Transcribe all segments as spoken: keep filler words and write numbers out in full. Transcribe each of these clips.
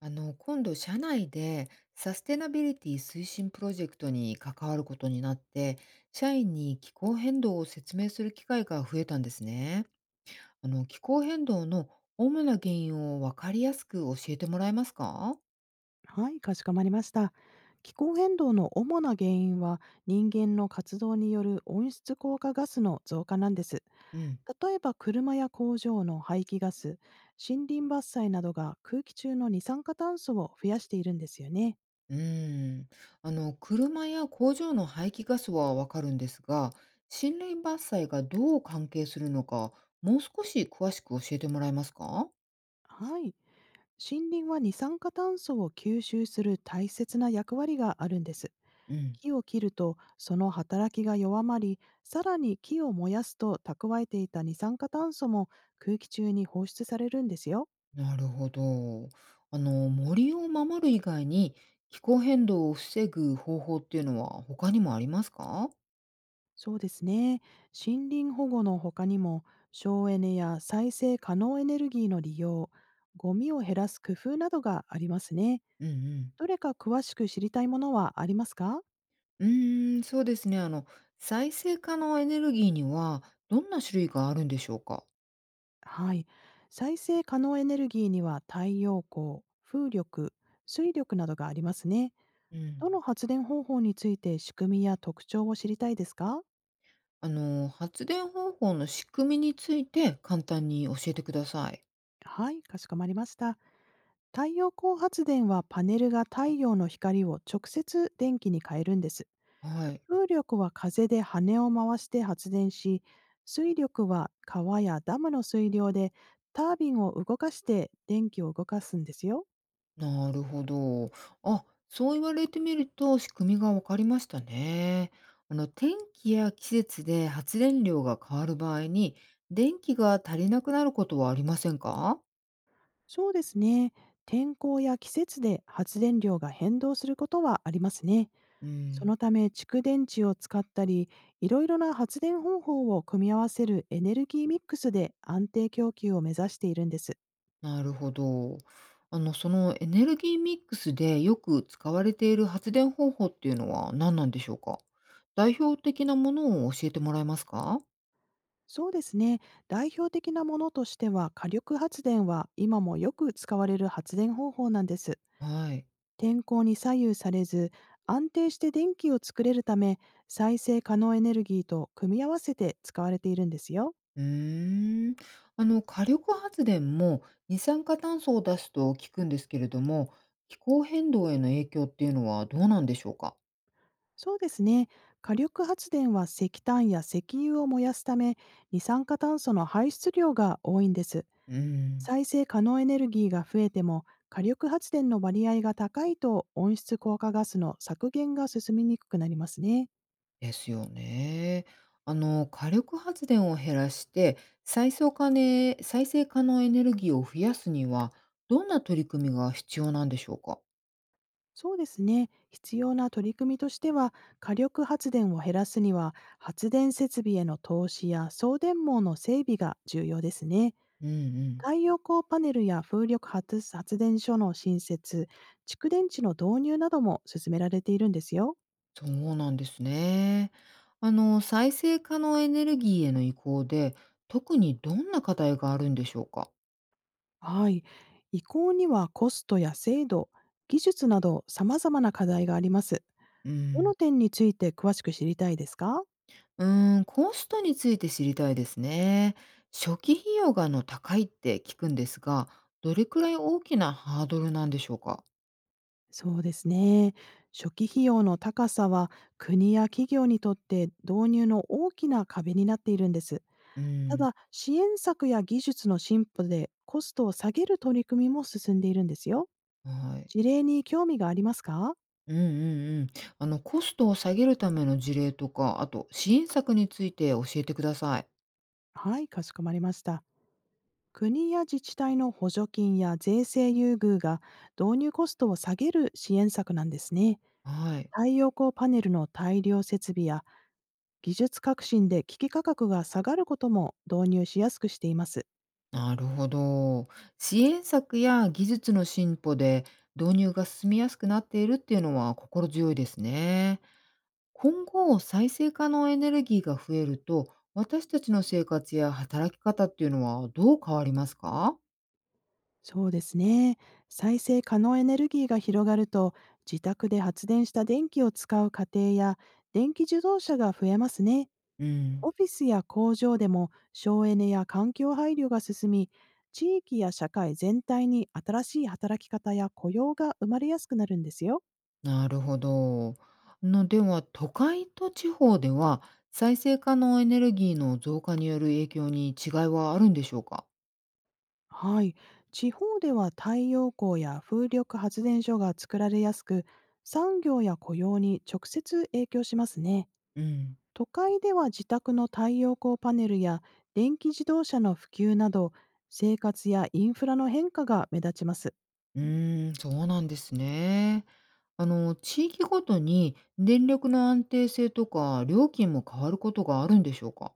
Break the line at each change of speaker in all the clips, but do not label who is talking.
あの、今度、社内でサステナビリティ推進プロジェクトに関わることになって、社員に気候変動を説明する機会が増えたんですね。あの、気候変動の主な原因を分かりやすく教えてもらえますか？
はい、かしこまりました。気候変動の主な原因は人間の活動による温室効果ガスの増加なんです。
うん。
例えば車や工場の排気ガス、森林伐採などが空気中の二酸化炭素を増やしているんですよね。
うーん。あの、車や工場の排気ガスはわかるんですが、森林伐採がどう関係するのか、もう少し詳しく教えてもらえますか？
はい。森林は二酸化炭素を吸収する大切な役割があるんです。
うん。
木を切るとその働きが弱まり、さらに木を燃やすと蓄えていた二酸化炭素も空気中に放出されるんですよ。
なるほど。あの、森を守る以外に気候変動を防ぐ方法っていうのは他にもありますか？
そうですね。森林保護の他にも、省エネや再生可能エネルギーの利用、ゴミを減らす工夫などがありますね。
うんうん。
どれか詳しく知りたいものはありますか？
うーん、そうですね。あの、再生可能エネルギーにはどんな種類があるんでしょうか？
はい。再生可能エネルギーには太陽光、風力、水力などがありますね。
うん。
どの発電方法について仕組みや特徴を知りたいですか？
あの、発電方法の仕組みについて簡単に教えてください。
はい、かしこまりました。太陽光発電はパネルが太陽の光を直接電気に変えるんです。
はい。
風力は風で羽を回して発電し、水力は川やダムの水量でタービンを動かして電気を動かすんですよ。
なるほど。あ、そう言われてみると仕組みが分かりましたね。あの、天気や季節で発電量が変わる場合に、電気が足りなくなることはありませんか？
そうですね。天候や季節で発電量が変動することはありますね。
う
そ
ん、
のため、蓄電池を使ったり、いろいろな発電方法を組み合わせるエネルギーミックスで安定供給を目指しているんです。
なるほど。あの、そのエネルギーミックスでよく使われている発電方法っていうのは何なんでしょうか？代表的なものを教えてもらえますか？
そうですね。代表的なものとしては、火力発電は今もよく使われる発電方法なんです。
はい。
天候に左右されず、安定して電気を作れるため、再生可能エネルギーと組み合わせて使われているんですよ。
うーん。あの、火力発電も二酸化炭素を出すと聞くんですけれども、気候変動への影響っていうのはどうなんでしょうか？
そうですね。火力発電は石炭や石油を燃やすため、二酸化炭素の排出量が多いんです。
うーん。
再生可能エネルギーが増えても、火力発電の割合が高いと温室効果ガスの削減が進みにくくなりますね。
ですよね。あの、火力発電を減らして、再生可能再生可能エネルギーを増やすには、どんな取り組みが必要なんでしょうか？
そうですね。必要な取り組みとしては、火力発電を減らすには、発電設備への投資や送電網の整備が重要ですね。
うんうん。
太陽光パネルや風力発発電所の新設、蓄電池の導入なども進められているんですよ。
そうなんですね。あの、再生可能エネルギーへの移行で、特にどんな課題があるんでしょうか？
はい。移行にはコストや制度、技術など様々な課題があります。
う
ど
ん。
の点について詳しく知りたいですか？
うーん、コストについて知りたいですね。初期費用があの高いって聞くんですが、どれくらい大きなハードルなんでしょうか？
そうですね。初期費用の高さは、国や企業にとって導入の大きな壁になっているんです。
う
た
ん、
だ、支援策や技術の進歩でコストを下げる取り組みも進んでいるんですよ。
はい。
事例に興味がありますか？
うんうんうん。あのコストを下げるための事例とか、あと支援策について教えてください。
はい、かしこまりました。国や自治体の補助金や税制優遇が導入コストを下げる支援策なんですね。
はい。
太陽光パネルの大量設備や技術革新で機器価格が下がることも導入しやすくしています。
なるほど。支援策や技術の進歩で導入が進みやすくなっているっていうのは心強いですね。今後、再生可能エネルギーが増えると、私たちの生活や働き方っていうのはどう変わりますか？
そうですね。再生可能エネルギーが広がると、自宅で発電した電気を使う家庭や電気自動車が増えますね。
うん、
オフィスや工場でも省エネや環境配慮が進み、地域や社会全体に新しい働き方や雇用が生まれやすくなるんですよ。
なるほど。のでは、都会と地方では、再生可能エネルギーの増加による影響に違いはあるんでしょうか？
はい。地方では太陽光や風力発電所が作られやすく、産業や雇用に直接影響しますね。
うん。
都会では自宅の太陽光パネルや電気自動車の普及など、生活やインフラの変化が目立ちます。
うーん、そうなんですね。あの、地域ごとに電力の安定性とか料金も変わることがあるんでしょうか？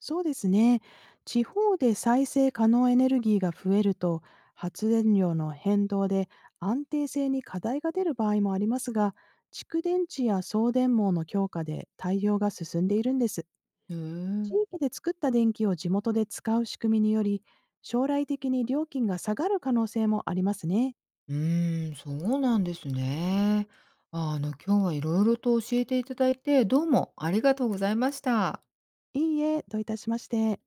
そうですね。地方で再生可能エネルギーが増えると、発電量の変動で安定性に課題が出る場合もありますが、蓄電池や送電網の強化で対応が進んでいるんです。
へえ。
地域で作った電気を地元で使う仕組みにより、将来的に料金が下がる可能性もありますね。
うーん、そうなんですね。あの、今日はいろいろと教えていただいて、どうもありがとうございました。
いいえ、どういたしまして。